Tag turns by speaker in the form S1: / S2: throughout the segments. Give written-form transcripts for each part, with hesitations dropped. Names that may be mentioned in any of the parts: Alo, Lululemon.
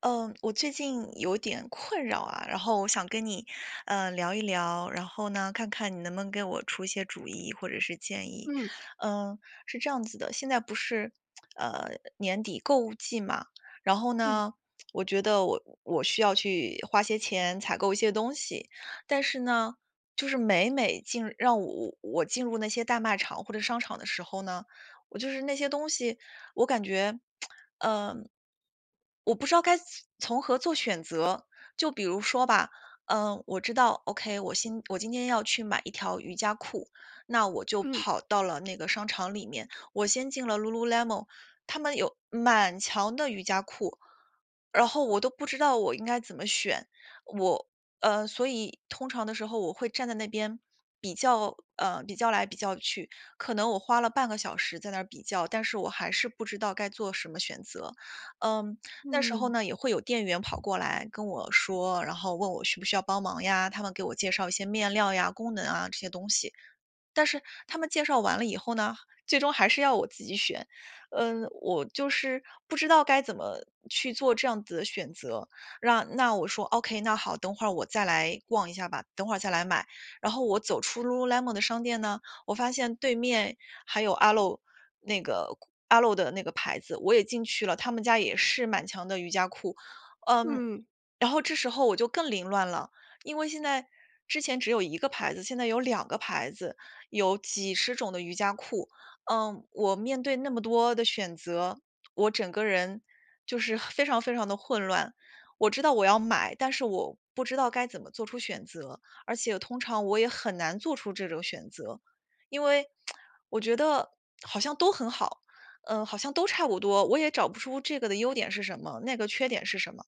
S1: 嗯，我最近有点困扰啊，然后我想跟你，聊一聊，然后呢，看看你能不能给我出一些主意或者是建议。
S2: 嗯
S1: 嗯，是这样子的，现在不是，年底购物季嘛，然后
S2: 嗯
S1: 呢，我觉得我需要去花些钱采购一些东西，但是呢，就是每每进让我进入那些大卖场或者商场的时候呢，我就是那些东西，我感觉，嗯，我不知道该从何做选择。就比如说吧，嗯，我知道，OK,我今天要去买一条瑜伽裤，那我就
S2: 嗯
S1: 跑到了那个商场里面，我先进了 Lululemon,他们有满墙的瑜伽裤，然后我都不知道我应该怎么选，我所以通常的时候我会站在那边比较，比较来比较去，可能我花了半个小时在那儿比较，但是我还是不知道该做什么选择。嗯，那时候
S2: 嗯
S1: 呢，也会有店员跑过来跟我说，然后问我需不需要帮忙呀，他们给我介绍一些面料呀、功能啊这些东西。但是他们介绍完了以后呢，最终还是要我自己选。嗯，我就是不知道该怎么去做这样子的选择。让那我说 OK,那好，等会儿我再来逛一下吧，等会儿再来买。然后我走出 Lululemon 的商店呢，我发现对面还有 Alo 那个 Alo 的那个牌子，我也进去了，他们家也是满墙的瑜伽裤。嗯，
S2: 嗯。
S1: 然后这时候我就更凌乱了，因为现在之前只有一个牌子，现在有两个牌子，有几十种的瑜伽裤。嗯，我面对那么多的选择，我整个人就是非常非常的混乱。我知道我要买，但是我不知道该怎么做出选择，而且通常我也很难做出这种选择，因为我觉得好像都很好，嗯，好像都差不多，我也找不出这个的优点是什么，那个缺点是什么。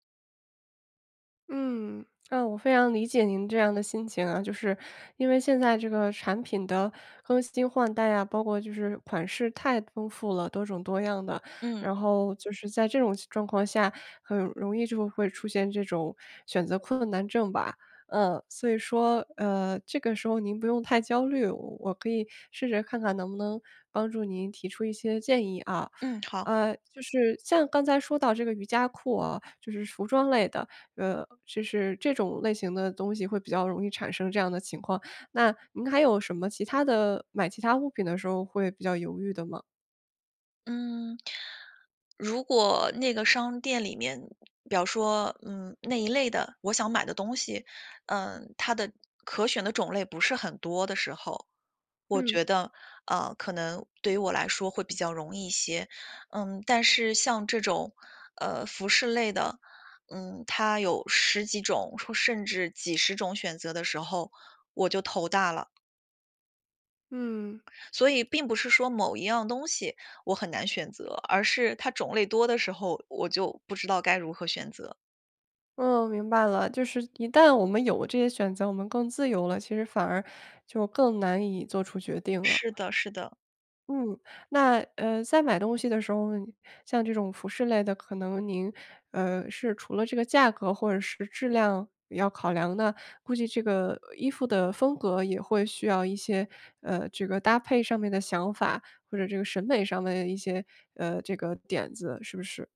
S2: 嗯，啊，我非常理解您这样的心情啊，就是因为现在这个产品的更新换代啊，包括就是款式太丰富了，多种多样的，
S1: 嗯。
S2: 然后就是在这种状况下，很容易就会出现这种选择困难症吧。嗯，所以说，这个时候您不用太焦虑，我可以试着看看能不能帮助您提出一些建议啊。
S1: 嗯，好。
S2: 就是像刚才说到这个瑜伽裤啊，就是服装类的，就是这种类型的东西会比较容易产生这样的情况。那您还有什么其他的买其他物品的时候会比较犹豫的吗？
S1: 嗯，如果那个商店里面，比方说，那一类的我想买的东西，它的可选的种类不是很多的时候，我
S2: 嗯。
S1: 觉得，可能对于我来说会比较容易一些。嗯，但是像这种，服饰类的，嗯，它有十几种，说甚至几十种选择的时候，我就头大了。
S2: 嗯，
S1: 所以并不是说某一样东西我很难选择，而是它种类多的时候，我就不知道该如何选择。
S2: 嗯，明白了。就是一旦我们有这些选择，我们更自由了，其实反而就更难以做出决定了。
S1: 是的，是的，
S2: 嗯，那在买东西的时候，像这种服饰类的，可能您是除了这个价格或者是质量要考量呢，估计这个衣服的风格也会需要一些这个搭配上面的想法，或者这个审美上面的一些这个点子，是不是？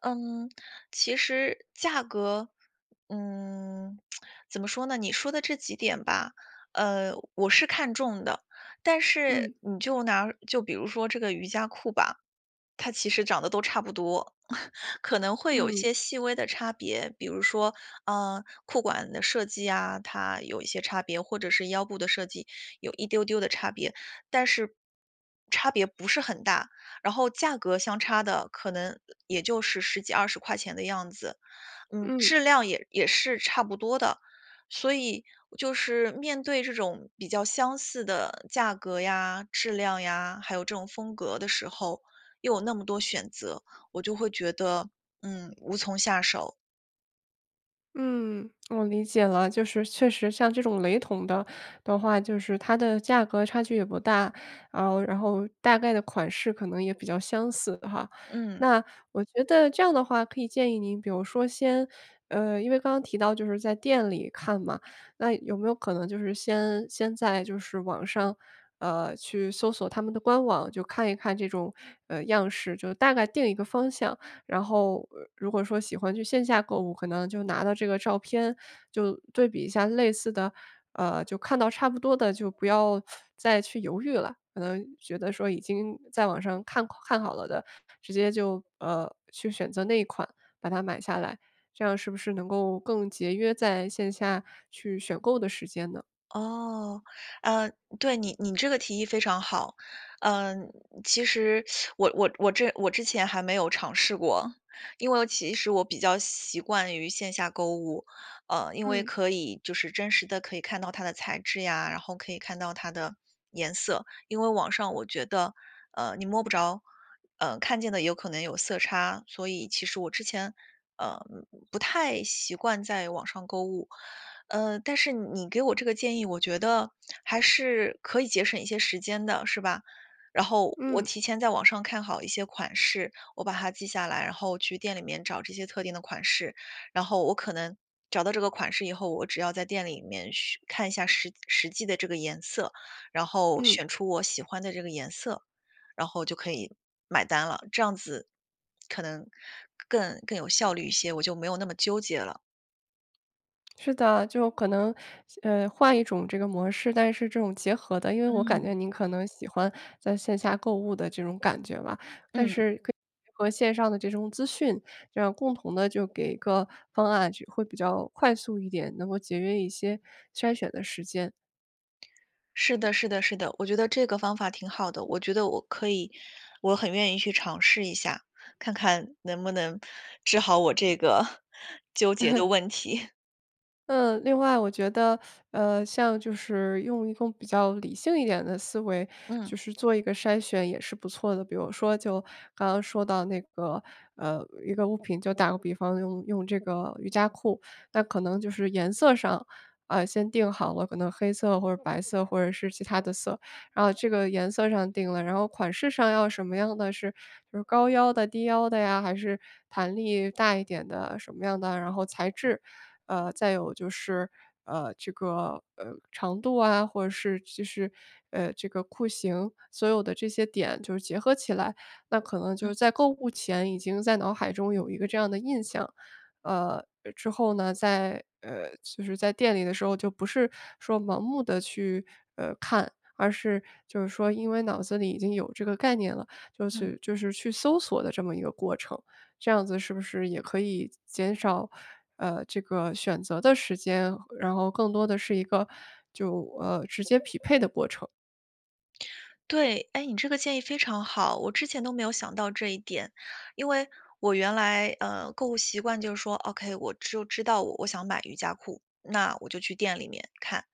S1: 嗯，其实价格，嗯，怎么说呢？你说的这几点吧，我是看中的，但是
S2: 嗯
S1: 你就拿就比如说这个瑜伽裤吧，它其实长得都差不多，可能会有一
S2: 嗯
S1: 些细微的差别，比如说，裤管的设计啊，它有一些差别，或者是腰部的设计有一丢丢的差别，但是差别不是很大，然后价格相差的可能也就是十几二十块钱的样子。嗯，
S2: 嗯。
S1: 质量也是差不多的。所以就是面对这种比较相似的价格呀、质量呀，还有这种风格的时候，又有那么多选择，我就会觉得，无从下手。
S2: 嗯，我理解了，就是确实像这种雷同的的话，就是它的价格差距也不大，然后大概的款式可能也比较相似哈。
S1: 嗯。
S2: 那我觉得这样的话，可以建议您，比如说先，因为刚刚提到就是在店里看嘛，那有没有可能就是先在就是网上，去搜索他们的官网，就看一看这种样式，就大概定一个方向。然后，如果说喜欢去线下购物，可能就拿到这个照片，就对比一下类似的，就看到差不多的，就不要再去犹豫了。可能觉得说已经在网上看看好了的，直接就去选择那一款，把它买下来，这样是不是能够更节约在线下去选购的时间呢？
S1: 哦，嗯，对，你这个提议非常好。嗯，其实我之前还没有尝试过，因为其实我比较习惯于线下购物，因为
S2: 嗯
S1: 可以就是真实的可以看到它的材质呀，然后可以看到它的颜色，因为网上我觉得，你摸不着，看见的有可能有色差，所以其实我之前呃不太习惯在网上购物。但是你给我这个建议，我觉得还是可以节省一些时间的，是吧？然后我
S2: 嗯
S1: 提前在网上看好一些款式，我把它记下来，然后去店里面找这些特定的款式，然后我可能找到这个款式以后，我只要在店里面去看一下实际的这个颜色，然后
S2: 嗯，
S1: 选出我喜欢的这个颜色，然后就可以买单了。这样子可能更有效率一些，我就没有那么纠结了。
S2: 是的，就可能，换一种这个模式，但是这种结合的，因为我感觉
S1: 嗯。
S2: 您可能喜欢在线下购物的这种感觉吧，但
S1: 嗯。
S2: 是可以和线上的这种资讯，这样共同的就给一个方案，就会比较快速一点，能够节约一些筛选的时间。
S1: 是的，是的，是的，我觉得这个方法挺好的，我觉得我可以，我很愿意去尝试一下，看看能不能治好我这个 纠结的问题。
S2: 嗯，另外我觉得，像就是用一种比较理性一点的思维，
S1: 嗯
S2: 就是做一个筛选也是不错的。比如说，就刚刚说到那个，一个物品，就打个比方，用用这个瑜伽裤，那可能就是颜色上，啊，先定好了，可能黑色或者白色或者是其他的色，然后这个颜色上定了，然后款式上要什么样的是，就是高腰的、低腰的呀，还是弹力大一点的什么样的，然后材质。再有就是，这个，长度啊，或者是就是，这个裤型，所有的这些点就是结合起来，那可能就
S1: 嗯
S2: 是在购物前已经在脑海中有一个这样的印象。呃，之后呢，在就是在店里的时候就不是说盲目的去，看，而是就是说因为脑子里已经有这个概念了，就
S1: 嗯，
S2: 是就是去搜索的这么一个过程。这样子是不是也可以减少，这个选择的时间，然后更多的是一个就，直接匹配的过程？
S1: 对，哎，你这个建议非常好，我之前都没有想到这一点，因为我原来购物习惯就是说，OK,我就知道我想买瑜伽裤，那我就去店里面看，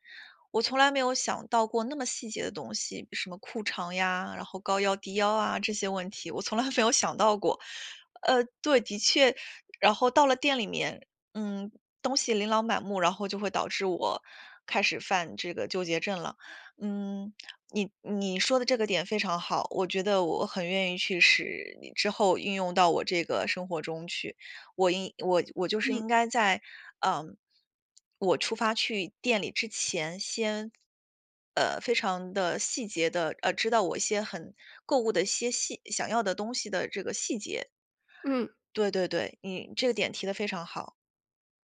S1: 我从来没有想到过那么细节的东西，什么裤长呀，然后高腰低腰啊，这些问题，我从来 没有想到过。对，的确，然后到了店里面，嗯，东西琳琅满目，然后就会导致我开始犯这个纠结症了。嗯，你说的这个点非常好，我觉得我很愿意去使之后运用到我这个生活中去。我就是
S2: 嗯
S1: 应该在，嗯，我出发去店里之前先，非常的细节的，知道我一些很购物的一些细想要的东西的这个细节。
S2: 嗯。
S1: 对对对，你这个点提的非常好。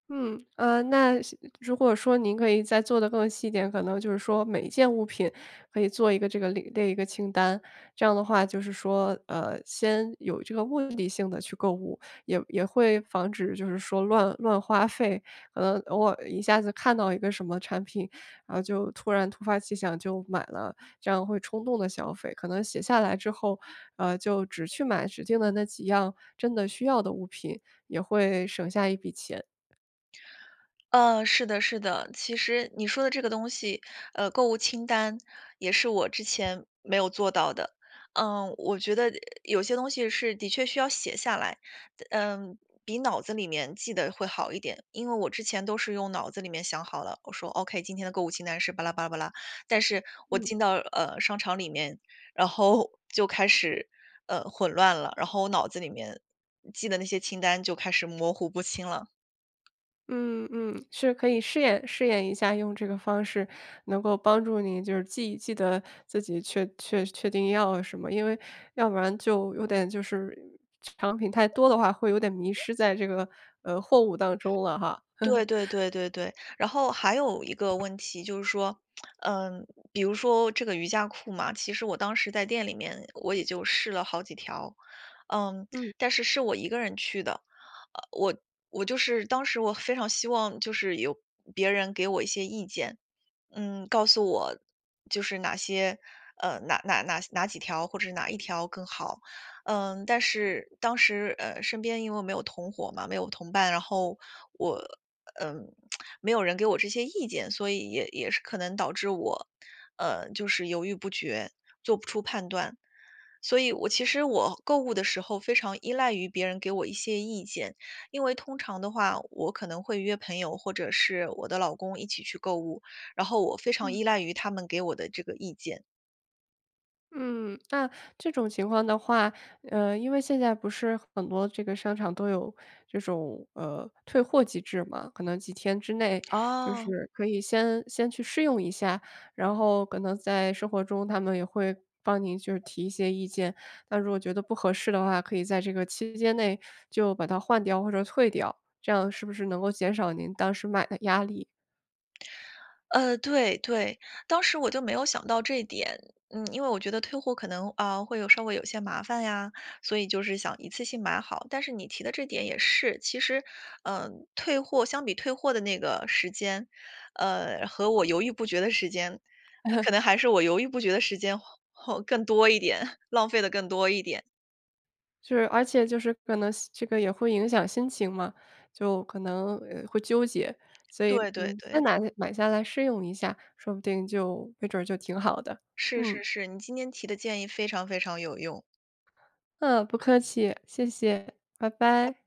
S2: 嗯，那是如果说您可以再做的更细一点，可能就是说每一件物品可以做一个这个列一个清单，这样的话就是说，先有这个目的性的去购物，也会防止就是说乱花费，可能偶尔一下子看到一个什么产品，然后就突然突发奇想就买了，这样会冲动的消费。可能写下来之后，就只去买指定的那几样真的需要的物品，也会省下一笔钱。
S1: 是的，是的。其实你说的这个东西，购物清单也是我之前没有做到的。嗯，我觉得有些东西是的确需要写下来，嗯，比脑子里面记得会好一点。因为我之前都是用脑子里面想好了，我说 OK,今天的购物清单是巴拉巴拉巴拉，但是我进到商场里面，然后 就开始混乱了，然后我脑子里面记的那些清单就开始模糊不清了。
S2: 嗯嗯，是可以试验试验一下，用这个方式能够帮助你，就是记得自己确定要什么，因为要不然就有点就是产品太多的话，会有点迷失在这个货物当中了哈。
S1: 对 对对对对，然后还有一个问题就是说，比如说这个瑜伽裤嘛，其实我当时在店里面我也就试了好几条，嗯，
S2: 嗯，
S1: 但是是我一个人去的，呃，我我就是当时我非常希望就是有别人给我一些意见，嗯，告诉我就是哪些呃哪哪哪哪几条或者是哪一条更好，嗯，但是当时身边因为没有同伙嘛，没有同伴，然后我嗯，没有人给我这些意见，所以也是可能导致我，就是犹豫不决，做不出判断。所以我其实我购物的时候非常依赖于别人给我一些意见，因为通常的话，我可能会约朋友或者是我的老公一起去购物，然后我非常依赖于他们给我的这个意见。
S2: 嗯，那这种情况的话，因为现在不是很多这个商场都有这种退货机制嘛，可能几天之内就
S1: 哦，
S2: 是可以先去试用一下，然后可能在生活中他们也会帮您就是提一些意见。那如果觉得不合适的话，可以在这个期间内就把它换掉或者退掉，这样是不是能够减少您当时买的压力？
S1: 对对，当时我就没有想到这一点，因为我觉得退货可能啊、会有稍微有些麻烦呀，所以就是想一次性买好。但是你提的这点也是，其实，退货的那个时间，和我犹豫不决的时间，那可能还是我犹豫不决的时间后更多一点，浪费的更多一点。
S2: 就是，而且就是可能心这个也会影响心情嘛，就可能，会纠结，所以，
S1: 对对
S2: 嗯，先
S1: 对，
S2: 拿买下来试用一下，说不定就没准儿就挺好的。
S1: 是
S2: 嗯，
S1: 是是，你今天提的建议非常非常有用。
S2: 嗯，不客气，谢谢，拜拜。